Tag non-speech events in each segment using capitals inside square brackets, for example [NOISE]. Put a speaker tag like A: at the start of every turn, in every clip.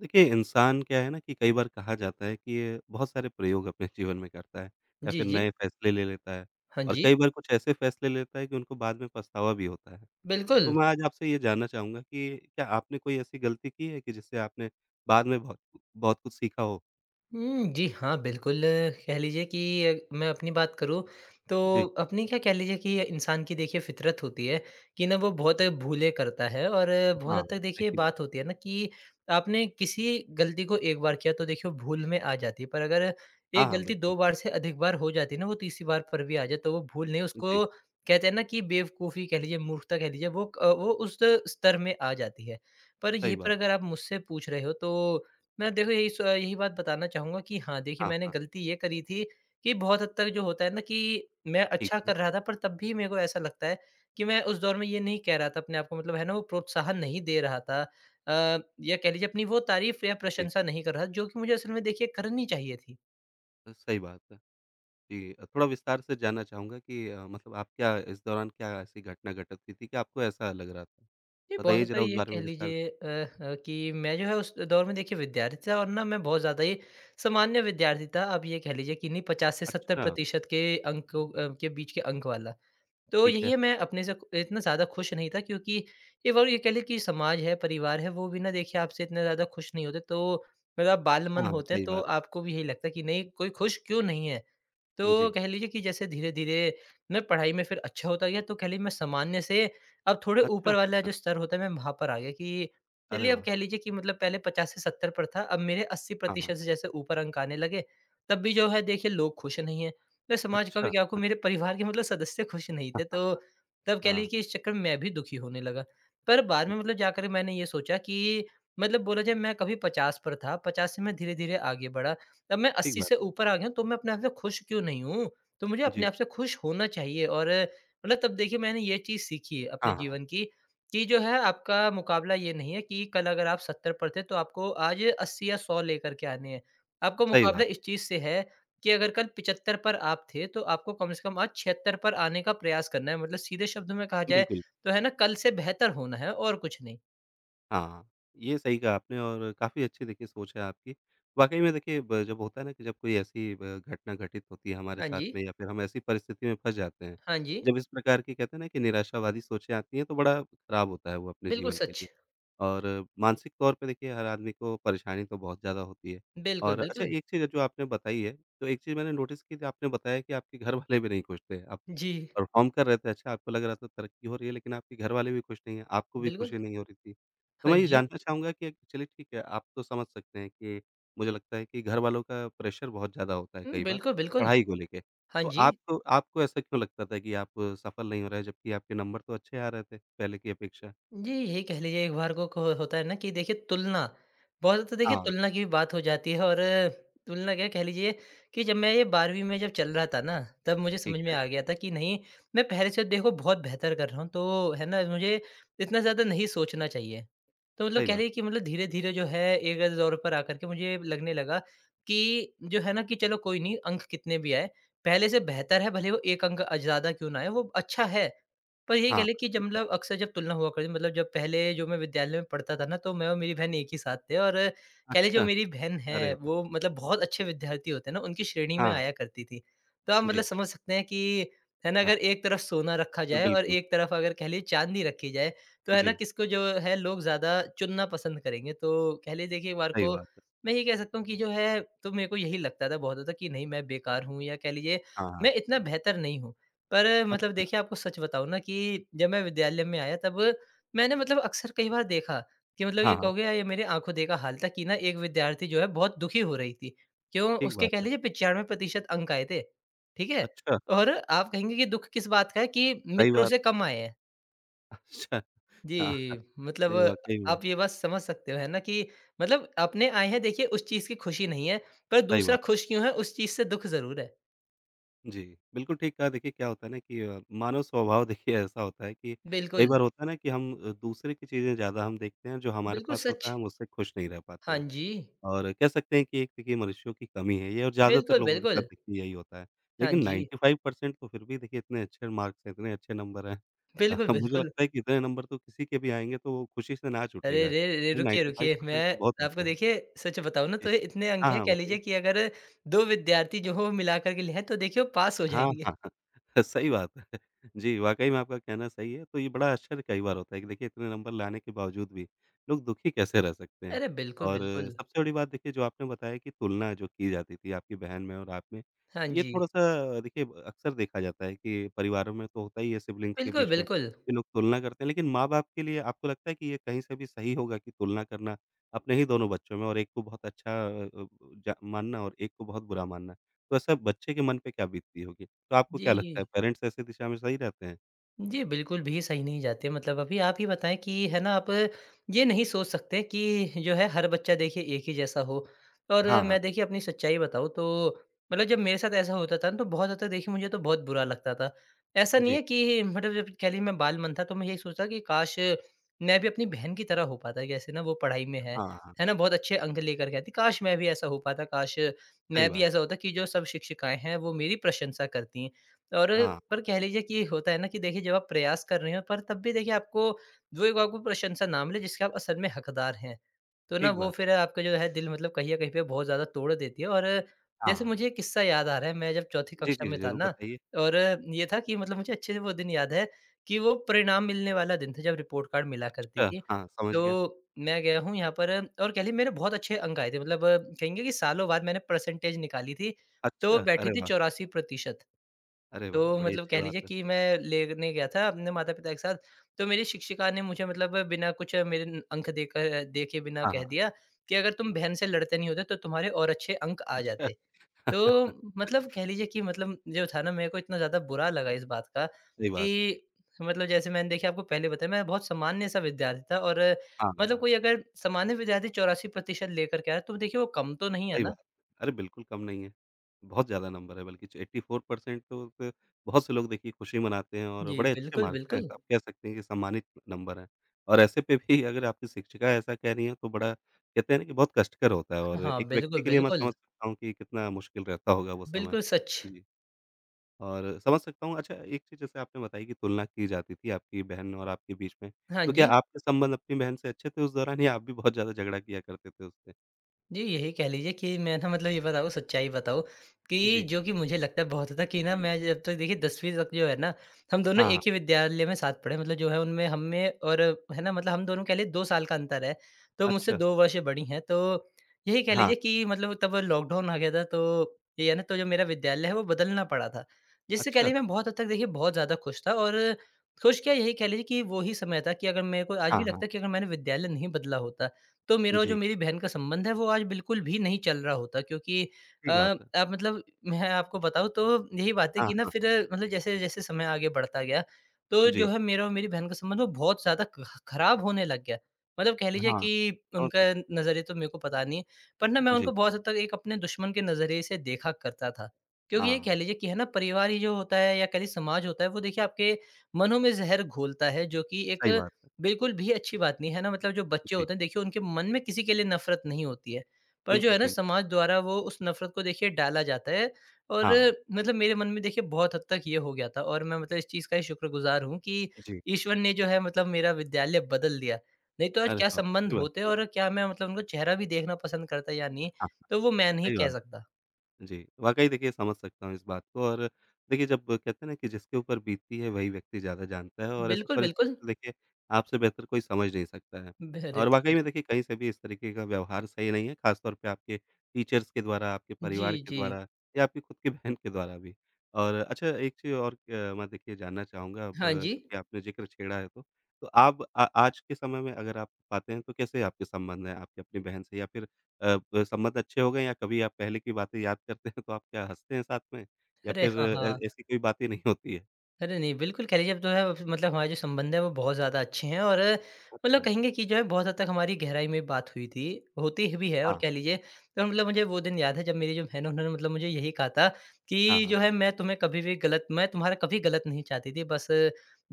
A: देखिए, इंसान क्या है ना कि कई बार कहा जाता है कि ये बहुत सारे प्रयोग अपने [LAUGHS] जीवन में करता है या
B: जी,
A: फिर
B: जी।
A: नए फैसले ले लेता है
B: हाँ
A: और
B: जी,
A: कई बार कुछ ऐसे फैसले लेता है कि उनको बाद में पछतावा भी होता है।
B: बिल्कुल।
A: तो मैं आज आपसे ये जानना चाहूँगा कि क्या आपने कोई ऐसी गलती की है कि जिससे आपने बाद में बहुत बहुत कुछ सीखा हो?
B: जी हाँ, बिल्कुल कह लीजिए कि मैं अपनी बात करूँ तो
A: जी।
B: अपनी क्या कह लीजिए कि इंसान की देखिए फ़ितरत होती है कि ना वो बहुत भूले करता है, और बहुत हद
A: हाँ,
B: तक देखिए
A: सही बात।
B: बात होती है ना कि आपने किसी गलती को एक बार किया तो देखिए वो भूल में आ जाती है। पर अगर
A: हाँ,
B: एक
A: हाँ,
B: गलती 2
A: बिल्कुल।
B: बार से अधिक बार हो जाती है ना, वो तीसरी बार पर भी आ जाए, तो वो भूल नहीं, उसको
A: जी,
B: कहते हैं ना कि बेवकूफ़ी कह लीजिए, मूर्खता कह लीजिए, वो उस स्तर में आ जाती है। पर
A: सही
B: यहीं पर
A: बात
B: अगर
A: है।
B: आप मुझसे पूछ रहे हो, तो मैं देखो यही बात बताना चाहूँगा कि हाँ, देखिए
A: हाँ,
B: मैंने
A: हाँ,
B: गलती ये करी थी कि बहुत हद तक जो होता है ना कि मैं
A: ठीक
B: अच्छा
A: है।
B: कर रहा था, पर तब भी मेरे को ऐसा लगता है कि मैं उस दौर में ये नहीं कह रहा था अपने आप को, मतलब है ना, वो प्रोत्साहन नहीं दे रहा था। या कह लीजिए अपनी वो तारीफ़ या
A: जी,
B: प्रशंसा नहीं कर रहा था, जो कि मुझे असल में देखिए करनी चाहिए थी।
A: सही बात है। जी, थोड़ा विस्तार से जानना चाहूँगा कि मतलब आप क्या इस दौरान क्या ऐसी घटना घटित हुई थी कि आपको ऐसा लग रहा था?
B: ये बहुत
A: बताइए
B: हद तक
A: ज़रा उस
B: ये
A: बारे
B: कह
A: में विस्तार
B: लीजिए
A: से।
B: कि मैं जो है उस दौर में देखिए विद्यार्थी था, और ना मैं बहुत ज़्यादा ही सामान्य विद्यार्थी था। आप ये कह लीजिए कि नहीं, 50 से 70
A: अच्छा,
B: प्रतिशत के अंकों के बीच के अंक वाला। तो
A: ठीक
B: यही
A: है।
B: है, मैं अपने से इतना ज़्यादा खुश नहीं था, क्योंकि ये कह लें कि समाज है, परिवार है, वो भी ना देखिए आपसे इतने ज़्यादा खुश नहीं होते। तो मतलब आप बाल मन
A: हाँ,
B: होते हैं,
A: सही
B: तो
A: बात है।
B: आपको भी यही लगता है कि नहीं, कोई खुश क्यों नहीं है? तो
A: जी।
B: कह लीजिए कि जैसे धीरे-धीरे मैं पढ़ाई में फिर अच्छा होता गया, तो कह लीजिए मैं सामान्य से अब थोड़े
A: अच्छा,
B: ऊपर वाला
A: अ,
B: जो स्तर होता है, मैं वहाँ पर आ गया कि
A: अरे
B: चलिए, अब
A: वाह!
B: कह लीजिए कि मतलब पहले 50 से 70 पर था, अब मेरे
A: हाँ, हाँ।
B: 80% से जैसे ऊपर अंक आने लगे, तब भी जो है देखिए लोग खुश नहीं हैं। मैं समाज का भी
A: अच्छा।
B: क्या कहूँ, मेरे परिवार के मतलब सदस्य खुश नहीं
A: हाँ,
B: थे,
A: हाँ,
B: तो तब कह लीजिए
A: हाँ,
B: कि इस चक्कर में मैं भी दुखी होने लगा। पर बाद में
A: जी,
B: मतलब जाकर मैंने ये सोचा कि मतलब बोला जाए, मैं कभी 50 पर था, 50 से मैं धीरे-धीरे आगे बढ़ा। जब मैं
A: ठीक
B: 80
A: बात
B: से
A: है।
B: ऊपर आ गया हूँ, तो मैं अपने आप से खुश क्यों नहीं हूँ? तो मुझे अपने
A: जी।
B: आप से खुश होना चाहिए, और मतलब तब देखिए मैंने ये चीज़ सीखी है अपने
A: हाँ, हाँ,
B: जीवन की, कि जो है आपका मुकाबला ये नहीं है कि कल अगर आप 70 पर थे, तो आपको आज 80 या 100 लेकर के आने हैं। आपको
A: सही
B: मुकाबला
A: बात।
B: इस चीज़ से है कि अगर कल 75 पर आप थे, तो आपको कम से कम आज 76 पर आने का प्रयास करना है। मतलब सीधे शब्दों में कहा जाए,
A: बिल्कुल।
B: तो है ना, कल से बेहतर होना है और कुछ नहीं।
A: हाँ, ये सही कहा आपने और काफ़ी अच्छी देखिए सोच है आपकी। वाक़ई में देखिए ब जब होता है ना कि जब कोई ऐसी ब घटना घटित होती है हमारे
B: हाँ
A: साथ
B: जी,
A: में या फिर हम ऐसी परिस्थिति में फँस जाते हैं,
B: हाँ जी।
A: जब इस प्रकार की कहते हैं ना कि निराशावादी सोचें आती हैं तो बड़ा ख़राब होता है वो अपने
B: बिल्कुल
A: जीवन के
B: सच।
A: लिए। और मानसिक तौर पे देखिए हर आदमी को परेशानी तो बहुत ज़्यादा होती है।
B: बिल्कुल,
A: और अच्छा
B: बिल्कुल।
A: एक चीज़ जो आपने बताई है, तो एक चीज़ मैंने नोटिस की थी आपने बताया कि आपके घरवाले भी नहीं खुश थे। आप
B: जी,
A: परफ़ॉर्म कर रहे थे, अच्छा आपको लग रहा था तरक्की हो रही है लेकिन आपके घरवाले भी खुश नहीं हैं, आपको भी
B: बिल्कुल।
A: खुशी नहीं हो रही थी। तो
B: हाँ
A: मैं ये
B: जी।
A: जानना चाहूँगा कि चलिए ठीक है, आप तो समझ सकते हैं कि मुझे लगता है कि घरवालों का प्रेशर बहुत ज़्यादा होता है कई बार,
B: बिल्कुल, बिल्कुल।
A: पढ़ाई को लेके।
B: हाँ
A: तो
B: जी।
A: आपको आपको ऐसा क्यों लगता था कि आप सफल नहीं हो रहे, जबकि आपके नंबर तो अच्छे आ रहे थे पहले की अपेक्षा?
B: जी, यही कह लीजिए एक बार को होता है ना कि देखिए तुलना, बहुत तो देखिए
A: हाँ,
B: तुलना की भी बात हो जाती है, और तुलना क्या कह लीजिए कि जब मैं ये 12वीं में जब चल रहा था ना, तब मुझे
A: ठीक
B: समझ में
A: है,
B: आ गया था कि नहीं, मैं पहले से देखो बहुत बेहतर कर रहा हूँ, तो है ना, मुझे इतना ज़्यादा नहीं सोचना चाहिए। तो मतलब
A: सही
B: कह
A: बात।
B: लीजिए कि मतलब धीरे-धीरे जो है एक दौर पर आकर के मुझे लगने लगा कि जो है ना कि चलो कोई नहीं, अंक कितने भी आए, पहले से बेहतर है, भले वो 1 अंक ज़्यादा क्यों ना आए, वो अच्छा है। पर यही कह
A: हाँ,
B: लें कि जब
A: ठीक
B: मतलब
A: कहा।
B: अक्सर जब तुलना हुआ करती, मतलब जब पहले जो मैं विद्यालय में पढ़ता था ना, तो मैं और मेरी बहन एक ही साथ थे, और कह लें जो
A: अच्छा,
B: मेरी बहन
A: अरे
B: है,
A: वाह!
B: वो मतलब बहुत अच्छे विद्यार्थी होते हैं ना, उनकी श्रेणी में
A: हाँ,
B: आया करती थी। तो आप मतलब
A: जी,
B: समझ सकते हैं कि है ना,
A: हाँ,
B: अगर एक तरफ सोना रखा जाए और
A: बिल्कुल,
B: एक तरफ अगर कह लीजिए चाँदी रखी जाए, तो है ना,
A: जी,
B: किसको जो है लोग ज़्यादा चुनना पसंद करेंगे। तो कह लीजिए देखिए एक बार
A: सही
B: को
A: बात है।
B: मैं ये कह सकता हूँ कि जो है, तो मेरे को यही लगता था बहुत ज़्यादा कि नहीं, मैं बेकार हूँ, या कह लीजिए
A: हाँ, हाँ,
B: मैं इतना बेहतर नहीं हूँ। पर मतलब
A: अच्छा,
B: देखिए आपको सच बताऊँ ना कि जब मैं विद्यालय में आया, तब मैंने मतलब अक्सर कई बार देखा कि मतलब
A: हाँ,
B: ये
A: हाँ,
B: कहोगे, या ये मेरी आँखों देखा हाल था कि ना एक विद्यार्थी जो है बहुत दुखी हो रही थी। क्यों?
A: ठीक
B: उसके कह
A: बात है।
B: लीजिए 95% अंक आए थे। ठीक है?
A: अच्छा,
B: और आप कहेंगे कि दुःख किस बात का है, कि
A: सही
B: मित्रों
A: बात
B: से कम आए हैं।
A: अच्छा, हाँ, हाँ,
B: जी, मतलब
A: नहीं वाक़ई में,
B: आप ये बात समझ सकते हो, है ना? कि मतलब अपने आए हैं, देखिए उस चीज़ की खुशी नहीं है, पर
A: सही
B: दूसरा
A: बात।
B: खुश क्यों है, उस चीज़ से दुःख ज़रूर है।
A: जी, बिल्कुल ठीक कहा। देखिए क्या होता है ना कि मानव स्वभाव देखिए ऐसा होता है कि कई
B: बिल्कुल,
A: बार होता है ना कि हम दूसरे की चीज़ें ज़्यादा हम देखते हैं, जो हमारे
B: बिल्कुल
A: पास होता
B: सच।
A: है हम उससे खुश नहीं रह पाते
B: हाँ
A: हैं।
B: जी।
A: और कह सकते हैं कि एक देखिए मनुष्यों की कमी है ये और ज़्यादातर
B: बिल्कुल,
A: लोगों के साथ
B: बिल्कुल।
A: देखिए यही होता है।
B: हाँ
A: लेकिन
B: जी।
A: 95% तो फिर भी देखिए इतने अच्छे मार्क्स हैं, इतने अच्छे नंबर हैं।
B: बिल्कुल,
A: [LAUGHS] मुझे
B: बिल्कुल।
A: लगता है कि इतने नंबर तो किसी के भी आएँगे तो वो खुशी से नाच
B: अरे
A: उठेगा।
B: रे रे! रुकिए, रुकिए।
A: 95%
B: मैं
A: तो बहुत
B: आपको
A: होते हैं।
B: देखिए सच बताऊँ ना,
A: जी।
B: तो ये इतने अंक
A: हाँ,
B: हैं,
A: हाँ,
B: कह
A: बताइए।
B: लीजिए कि अगर 2 विद्यार्थी जो हो मिलाकर के लें, तो देखिए वो पास हो
A: हाँ,
B: जाएँगे।
A: हाँ, हाँ। [LAUGHS] सही बात है। जी, वाक़ई में आपका कहना सही है। तो ये बड़ा आश्चर्य कई बार होता है कि देखिए इतने नंबर लाने के बावजूद भी लोग दुखी कैसे रह सकते हैं।
B: अरे! बिल्कुल,
A: और
B: बिल्कुल।
A: सबसे बड़ी बात देखिए जो आपने बताया कि तुलना जो की जाती थी आपकी बहन में और आप में,
B: हाँ
A: ये
B: जी।
A: थोड़ा-सा देखिए अक्सर देखा जाता है कि परिवारों में तो होता ही है सिबलिंग्स के
B: बिल्कुल,
A: बीच में
B: बिल्कुल।
A: कि लोग तुलना करते हैं। लेकिन माँ-बाप के लिए आपको लगता है कि ये कहीं से भी सही होगा कि तुलना करना अपने ही दोनों बच्चों में और एक को बहुत अच्छा अ अ, जा मानना और एक को बहुत बुरा मानना? तो ऐसा बच्चे के मन पे क्या बीतती होगी? तो आपको क्या लगता है
B: जी।
A: पेरेंट्स ऐसे दिशा में सही रहते हैं?
B: जी, बिल्कुल भी सही नहीं जाते। मतलब अभी आप ही बताएँ कि है ना, आप ये नहीं सोच सकते कि जो है हर बच्चा देखिए एक ही जैसा हो। और
A: हाँ, हाँ।
B: मैं देखिए अपनी सच्चाई बताऊँ, तो मतलब जब मेरे साथ ऐसा होता था ना, तो बहुत ज़्यादा देखिए मुझे तो बहुत बुरा लगता था। ऐसा नहीं
A: जी।
B: है कि मतलब जब कह लीजिए मैं बाल-मन था, तो मैं यही सोचता कि काश मैं भी अपनी बहन की तरह हो पाता। जैसे ना वो पढ़ाई में
A: हाँ, हाँ।
B: है ना? बहुत अच्छे अंक लेकर के आती। काश मैं भी ऐसा हो पाता, काश मैं
A: सही
B: भी
A: बात
B: ऐसा
A: है।
B: होता कि जो सब शिक्षिकाएँ हैं वो मेरी प्रशंसा करती। हैं। और
A: हाँ,
B: पर कह लीजिए कि होता है ना कि देखिए जब आप प्रयास कर रहे हो, पर तब भी देखिए आपको वो एक आपको प्रशंसा ना मिले, जिसके आप असल में हकदार हैं। तो ना
A: ठीक
B: वो
A: बात है।
B: फिर आपका जो है दिल, मतलब कहीं न कहीं पे बहुत ज़्यादा तोड़ देती है, और
A: हाँ।
B: जैसे
A: हाँ,
B: मुझे एक किस्सा याद आ रहा है, मैं जब चौथी
A: जी,
B: कक्षा
A: जी, जी,
B: में था
A: ज़रूर
B: ना,
A: बताइए।
B: और ये था कि मतलब मुझे अच्छे से वो दिन याद है कि वो परिणाम मिलने वाला दिन था, जब रिपोर्ट कार्ड मिला करती
A: अच्छा,
B: थी।
A: हाँ, समझ
B: तो
A: गया।
B: मैं गया हूँ यहाँ पर, और कह लीजिए मेरे बहुत अच्छे अंक आए थे, मतलब कहेंगे कि सालों बाद मैंने परसेंटेज निकाली थी, तो वो
A: अच्छा,
B: बैठी
A: अरे
B: थी
A: वाह!
B: 84%।
A: अरे
B: तो
A: वाह! बड़ी
B: मतलब
A: अच्छी
B: कह
A: बात
B: लीजिए
A: है।
B: कि मैं लेने गया था अपने माता-पिता के साथ, तो मेरी शिक्षिका ने मुझे मतलब बिना कुछ मेरे न अंक देकर देखे बिना
A: हाँ,
B: कह
A: हाँ।
B: दिया कि अगर तुम बहन से लड़ते नहीं होते, तो तुम्हारे और अच्छे अंक आ
A: अच्छा।
B: जाते। तो
A: [LAUGHS]
B: मतलब कह लीजिए कि मतलब जो था ना मेरे को इतना ज़्यादा बुरा लगा इस बात का
A: सही
B: कि
A: बात है।
B: मतलब जैसे मैंने देखिए आपको पहले बताया, मैं बहुत सामान्य सा विद्यार्थी था, और
A: हाँ, हाँ।
B: मतलब
A: हाँ,
B: कोई अगर सामान्य विद्यार्थी 84% लेकर के आया, तो देखिए वो कम तो नहीं है
A: सही
B: ना?
A: बात है। अरे! बिल्कुल कम नहीं है। बहुत ज़्यादा नंबर है बल्कि 84% तो फ़िर बहुत से लोग देखिए खुशी मनाते हैं और
B: जी,
A: बड़े अच्छे
B: बिल्कुल,
A: मार्क्स हैं।
B: बिल्कुल।
A: तो आप कह सकते हैं कि सम्मानित नंबर है और ऐसे पे भी अगर आपकी शिक्षिका ऐसा कह रही हैं तो बड़ा कहते हैं ना कि बहुत कष्टकर होता है और
B: हाँ,
A: एक व्यक्ति
B: बिल्कुल,
A: के लिए मैं
B: बिल्कुल।
A: समझ सकता हूँ कि कितना मुश्किल रहता होगा वो समय।
B: बिल्कुल सच।
A: जी, और समझ सकता हूँ। अच्छा एक चीज़ जैसे आपने बताई कि तुलना की जाती थी आपकी बहन और आपके बीच में।
B: हाँ
A: तो क्या
B: जी।
A: आपके संबंध अपनी बहन से अच्छे थे उस दौरान या आप भी बहुत ज़्यादा झगड़ा किया करते थे उससे?
B: जी, यही कह लीजिए कि मैं ना मतलब ये बताऊँ, सच्चाई बताऊँ कि
A: जी।
B: जो कि मुझे लगता है बहुत था कि ना मैं, जब तक देखिए 10वीं तक जो है ना, हम दोनों
A: हाँ,
B: एक
A: हाँ।
B: ही विद्यालय में साथ पढ़े, मतलब जो है उनमें हम में, और है ना, मतलब हम दोनों के लिए 2 साल का अंतर है। तो मुझसे
A: अच्छा।
B: 2 वर्ष बड़ी हैं, तो यही कह
A: हाँ,
B: लीजिए कि मतलब तब लॉकडाउन आ गया था, तो ये है ना, तो जो मेरा विद्यालय है वो बदलना पड़ा था। जिससे कह
A: अच्छा।
B: लीजिए मैं बहुत हद तक देखिए बहुत ज़्यादा खुश था, और खुश क्या, यही कह लीजिए कि वो ही समय था, कि अगर मेरे को आज
A: हाँ,
B: भी
A: हाँ।
B: लगता है कि अगर मैंने विद्यालय नहीं बदला होता, तो मेरा जो
A: जी,
B: मेरी बहन का संबंध है वो आज बिल्कुल भी नहीं चल रहा होता, क्योंकि
A: सही बात है।
B: अब मतलब मैं आपको बताऊँ, तो यही बात है
A: हाँ,
B: कि ना, फिर मतलब जैसे-जैसे समय आगे बढ़ता गया, तो जो
A: जी।
B: है मेरा और मेरी बहन का संबंध वो बहुत ज़्यादा ख खराब होने लग गया। मतलब कह लीजिए
A: हाँ,
B: कि
A: समझ
B: उनका
A: सकते
B: नज़रिया तो मेरे को पता नहीं है, पर ना मैं
A: जी,
B: उनको बहुत हद तक एक अपने दुश्मन के नज़रिए से देखा करता था। क्योंकि ये कह
A: हाँ,
B: लीजिए कि है ना, परिवार ही जो होता है या कह लीजिए समाज होता है, वो देखिए आपके मनों में ज़हर घोलता है, जो कि एक
A: सही बात है।
B: बिल्कुल भी अच्छी बात नहीं है ना, मतलब जो बच्चे
A: जी,
B: होते हैं, देखिए उनके मन में किसी के लिए नफ़रत नहीं होती है। पर जो
A: बिल्कुल
B: है ना,
A: ठीक बात।
B: समाज द्वारा वो उस नफ़रत को देखिए डाला जाता है। और
A: हाँ,
B: मतलब मेरे मन में देखिए बहुत हद तक ये हो गया था, और मैं मतलब इस चीज़ का ही शुक्रगुज़ार हूँ कि
A: जी।
B: ईश्वर ने जो है मतलब मेरा विद्यालय बदल दिया। नहीं तो आज
A: अरे
B: क्या
A: वाह!
B: संबंध
A: अच्छी बात
B: होते,
A: है।
B: और क्या मैं मतलब उनका चेहरा भी देखना पसंद करता या नहीं,
A: हाँ,
B: तो वो मैं नहीं
A: सही
B: कह
A: बात
B: सकता।
A: है। जी, वाक़ई देखिए समझ सकता हूँ इस बात को और देखिए जब कहते हैं ना कि जिसके ऊपर बीतती है वही व्यक्ति ज़्यादा जानता है और ऐसी
B: बिल्कुल,
A: परिस्थिति
B: बिल्कुल।
A: तो देखिए आपसे बेहतर कोई समझ नहीं सकता है।
B: अरे!
A: और वाक़ई में
B: थैंक
A: देखिए कहीं से भी इस तरीके का व्यवहार सही नहीं है, ख़ासतौर पे आपके टीचर्स के द्वारा, आपके
B: यू। जी,
A: परिवार के
B: जी।
A: द्वारा या आपकी खुद की बहन के द्वारा भी। और अच्छा एक चीज़ और मैं देखिए जानना चाहूँगा अब
B: हाँ जी।
A: चूँकि आपने ज़िक्र छेड़ा है तो आप आ आज के समय में अगर आप पाते हैं तो कैसे आपके संबंध हैं आपकी अपनी बहन से या फिर अ, ब संबंध अच्छे हो गए या कभी आप पहले की बातें याद करते हैं तो आप क्या हँसते हैं साथ में? या
B: अरे!
A: फिर
B: हाँ, हाँ।
A: ऐसी कोई बातें नहीं होती है?
B: अरे नहीं, बिल्कुल कह लीजिए, अब तो है, मतलब हमारे जो संबंध हैं वो बहुत ज़्यादा अच्छे हैं। और मतलब
A: अच्छा।
B: कहेंगे कि जो है बहुत हद तक हमारी गहराई में बात हुई थी, होती ह भी है। और
A: हाँ,
B: कह लीजिए, तो मतलब मुझे वो दिन याद है, जब मेरी जो बहन है, उन्होंने मतलब मुझे यही कहा था
A: हाँ,
B: कि
A: हाँ,
B: जो है, मैं तुम्हारा कभी गलत नहीं चाहती थी। बस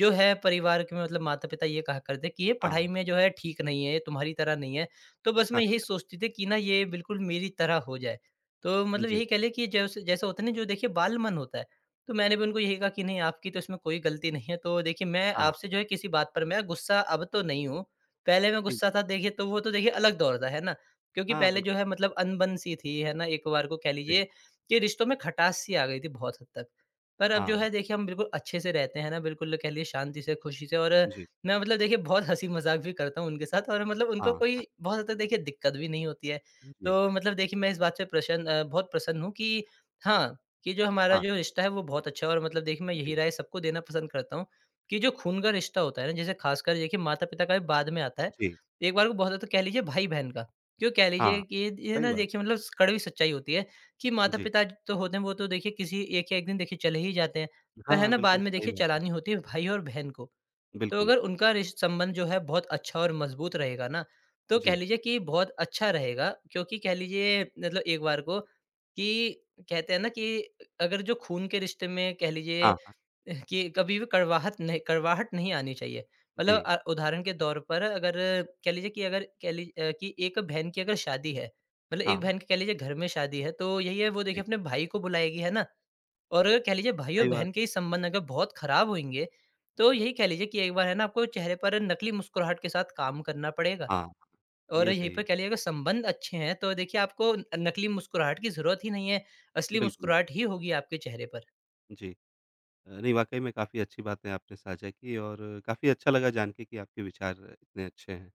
B: जो है परिवार के, मतलब माता-पिता ये कहा करते कि ये पढ़ाई
A: हाँ,
B: में जो है ठीक नहीं है, ये तुम्हारी तरह नहीं है। तो बस मैं यही
A: अच्छा।
B: सोचती थी कि ना, ये बिल्कुल मेरी तरह हो जाए। तो मतलब
A: जी,
B: यही कह लें कि जैसे जैसा होता है ना, जो देखिए बाल मन होता है, तो मैंने भी उनको यही कहा कि नहीं, आपकी तो इसमें कोई गलती नहीं है। तो देखिए, मैं
A: हाँ,
B: आपसे जो है किसी बात पर मैं गुस्सा अब तो नहीं हूँ। पहले मैं
A: ठीक
B: गुस्सा
A: बात।
B: था देखिए, तो वो तो देखिए अलग दौर था, है ना? क्योंकि
A: हाँ,
B: पहले जो
A: बिल्कुल,
B: है मतलब अनबन-सी थी, है ना? एक बार को कह
A: जी,
B: लीजिए कि रिश्तों में खटास-सी आ गई थी बहुत हद तक। पर अब जो
A: हाँ,
B: है देखिए, हम बिल्कुल अच्छे से रहते हैं ना, बिल्कुल कह लीजिए, शांति से, खुशी से। और
A: जी,
B: मैं मतलब देखिए बहुत हँसी-मज़ाक भी करता हूँ उनके साथ, और मतलब
A: हाँ,
B: उनको
A: हाँ,
B: कोई बहुत हद तक देखिए दिक्कत भी नहीं होती है।
A: जी,
B: तो मतलब देखिए मैं इस बात से प्रसन्न, बहुत प्रसन्न हूँ कि, हाँ, कि जो हमारा
A: हाँ,
B: जो रिश्ता है वो बहुत अच्छा है। और मतलब देखिए मैं यही
A: जी,
B: राय सबको देना पसंद करता हूँ कि जो खून का रिश्ता होता है ना, जैसे खासकर देखिए माता-पिता का भी बाद में आता है।
A: जी,
B: एक बार को बहुत है तो कह लीजिए भाई-बहन का। क्यों कह लीजिए
A: हाँ,
B: कि ये
A: सही
B: ना,
A: बात
B: देखिए
A: है।
B: मतलब कड़वी सच्चाई होती है कि
A: जी,
B: माता-पिता तो होते हैं, वो तो देखिए किसी एक या एक दिन देखिए चले ही जाते हैं। पर
A: हाँ,
B: है
A: हाँ,
B: ना, बाद
A: बिल्कुल
B: में
A: सही
B: देखिए
A: बात है।
B: चलानी होती है भाई और बहन को। तो
A: बिल्कुल,
B: अगर उनका रिश संबंध जो है बहुत अच्छा और मज़बूत रहेगा ना, तो कह
A: जी,
B: लीजिए कि बहुत अच्छा रहेगा, क्योंकि कह लीजिए मतलब एक बार को कि, कहते हैं ना कि, अगर जो खून के रिश्ते में कह लीजिए
A: हाँ, हाँ,
B: कि कभी भी कड़वाहट नहीं आनी चाहिए। मतलब
A: जी,
B: उदाहरण के तौर पर, अगर कह लीजिए कि, अगर कि एक बहन की अगर शादी है, मतलब
A: हाँ,
B: एक
A: हाँ,
B: बहन की कह लीजिए घर में शादी है, तो यही है, वो देखिए
A: जी,
B: अपने भाई को बुलाएगी, है ना? और अगर कह लीजिए भाई और
A: सही बात।
B: बहन के ही संबंध अगर बहुत खराब होंगे, तो यही कह लीजिए कि एक बार है ना, आपको चेहरे पर नकली मुस्कुराहट के साथ काम करना पड़ेगा।
A: हाँ,
B: और
A: ये
B: यहीं
A: सही है,
B: पे कह लीजिए, अगर संबंध अच्छे हैं तो देखिए आपको न नकली मुस्कुराहट की ज़रूरत ही नहीं है, असली
A: बिल्कुल,
B: मुस्कुराहट ही होगी आपके चेहरे पर।
A: जी। नहीं वाक़ई में काफ़ी अच्छी बातें आपने साझा की और काफ़ी अच्छा लगा जान के कि आपके विचार इतने अच्छे हैं।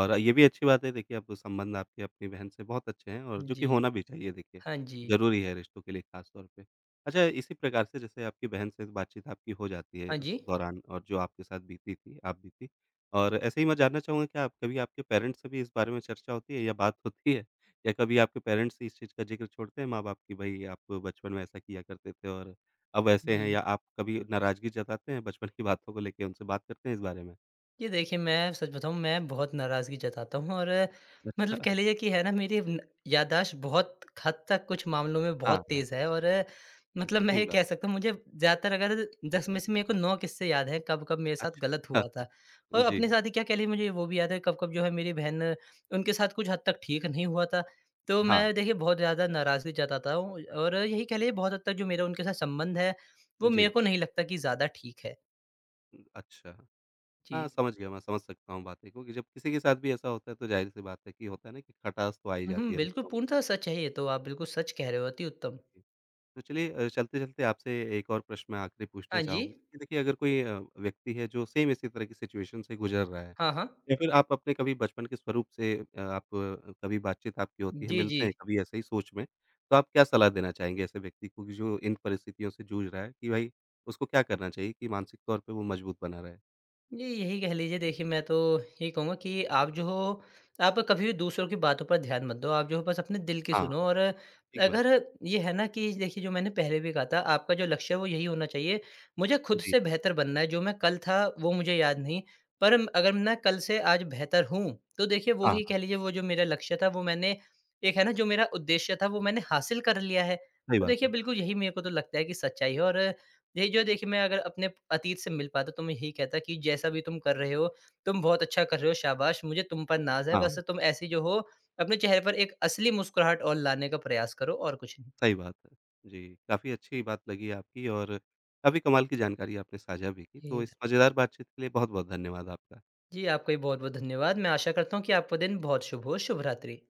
A: और ये भी अच्छी बात है देखिए अब संबंध आपके अपनी बहन से बहुत अच्छे हैं और जो
B: जी।
A: कि होना भी चाहिए देखिए,
B: हाँ जी।
A: ज़रूरी है रिश्तों के लिए ख़ास तौर पे। अच्छा इसी प्रकार से जैसे आपकी बहन से बातचीत आपकी हो जाती है
B: हाँ
A: उस
B: जी।
A: दौरान और जो आपके साथ बीती थी, आप बीती और ऐसे ही मैं जानना चाहूँगा क्या आप कभी आपके पेरेंट्स से भी इस बारे में चर्चा होती है या बात होती है? या कभी आपके पेरेंट्स इस चीज़ का ज़िक्र छोड़ते हैं माँ-बाप कि भई आप बचपन में ऐसा किया करते थे और अब ऐसे हैं
B: जी।
A: या आप कभी नाराज़गी जताते हैं बचपन की बातों को लेके उनसे बात करते हैं इस बारे में?
B: जी, देखिए, मैं सच बताऊँ, मैं बहुत नाराज़गी जताता हूँ, और
A: अच्छा।
B: मतलब कह
A: [LAUGHS]
B: लीजिए कि है ना, मेरी न याददाश्त बहुत हद तक कुछ मामलों में बहुत
A: हाँ, हाँ।
B: तेज़ है। और
A: अच्छा,
B: मतलब मैं ये
A: ठीक बात
B: कह
A: है।
B: सकता हूँ, मुझे ज़्यादातर अगर 10 में से मेरे को 9 किस्से याद हैं कब-कब मेरे साथ
A: अच्छा
B: गलत
A: हाँ,
B: हुआ था। और
A: जी।
B: अपने साथ ही क्या कह लीजिए, मुझे वो भी याद है कब-कब जो है मेरी बहन, उनके साथ कुछ हद तक ठीक नहीं हुआ था। तो
A: हाँ,
B: मैं देखिए बहुत ज़्यादा नाराज़गी जताता हूँ, और यही कह लीजिए बहुत हद तक जो मेरा उनके साथ संबंध है, वो मेरे
A: जी।
B: को नहीं लगता कि ज़्यादा ठीक है।
A: अच्छा। हाँ,
B: जी।
A: समझ गया मैं समझ सकता हूँ बातें को कि जब किसी के साथ भी ऐसा होता है तो ज़ाहिर-सी बात है कि होता है ना कि खटास तो आ ही जाती है
B: बिल्कुल
A: रिश्तों में।
B: पूर्णतः सच है ये तो, आप बिल्कुल सच कह रहे हो, अति उत्तम।
A: तो चलिए चलते-चलते आपसे एक और प्रश्न मैं आखिरी पूछना
B: हाँ जी।
A: चाहूँगा कि देखिए अगर कोई व्यक्ति है जो सेम इसी तरह की सिचुएशन से गुज़र रहा है
B: हाँ, हाँ।
A: या फिर आप अपने कभी बचपन के स्वरूप से आप कभी बातचीत आपकी होती है,
B: जी, जी।
A: मिलते हैं कभी ऐसे ही सोच में, तो आप क्या सलाह देना चाहेंगे ऐसे व्यक्ति को कि जो इन परिस्थितियों से जूझ रहा है कि भाई उसको क्या करना चाहिए कि मानसिक तौर पे वो मजबूत बना रहे?
B: जी, यही कह लीजिए, देखिए मैं तो यही कहूँगा कि आप जो हो, आप कभी भी दूसरों की बातों पर ध्यान मत दो, आप जो हो बस अपने दिल की
A: हाँ,
B: सुनो।
A: हाँ,
B: और
A: ठीक बात
B: अगर
A: है।
B: ये है ना कि, देखिए जो मैंने पहले भी कहा था, आपका जो लक्ष्य है वो यही होना चाहिए, मुझे खुद
A: जी,
B: से बेहतर बनना है। जो मैं कल था वो मुझे याद नहीं, पर अगर मैं कल से आज बेहतर हूँ, तो देखिए वो
A: हाँ,
B: ही
A: हाँ,
B: कह लीजिए, वो जो मेरा लक्ष्य था, वो मैंने, एक है ना, जो मेरा उद्देश्य था, वो मैंने हासिल कर लिया है।
A: सही
B: तो
A: बात
B: देखिए
A: है।
B: बिल्कुल यही मेरे को तो लगता है कि सच्चाई है। और यही जो देखिए, मैं अगर अपने अतीत से मिल पाता तो मैं यही कहता कि जैसा भी तुम कर रहे हो, तुम बहुत अच्छा कर रहे हो, शाबाश! मुझे तुम पर नाज़ है,
A: हाँ,
B: बस
A: हाँ,
B: तुम ऐसी जो हो, अपने चेहरे पर एक असली मुस्कुराहट और लाने का प्रयास करो, और कुछ नहीं।
A: सही बात है। जी, काफ़ी अच्छी बात लगी आपकी और काफ़ी कमाल की जानकारी आपने साझा भी की, तो
B: जी।
A: इस मज़ेदार बातचीत के लिए बहुत-बहुत धन्यवाद आपका।
B: जी, आपका भी बहुत-बहुत धन्यवाद। मैं आशा करता हूँ कि आपका दिन बहुत शुभ हो। शुभ रात्रि।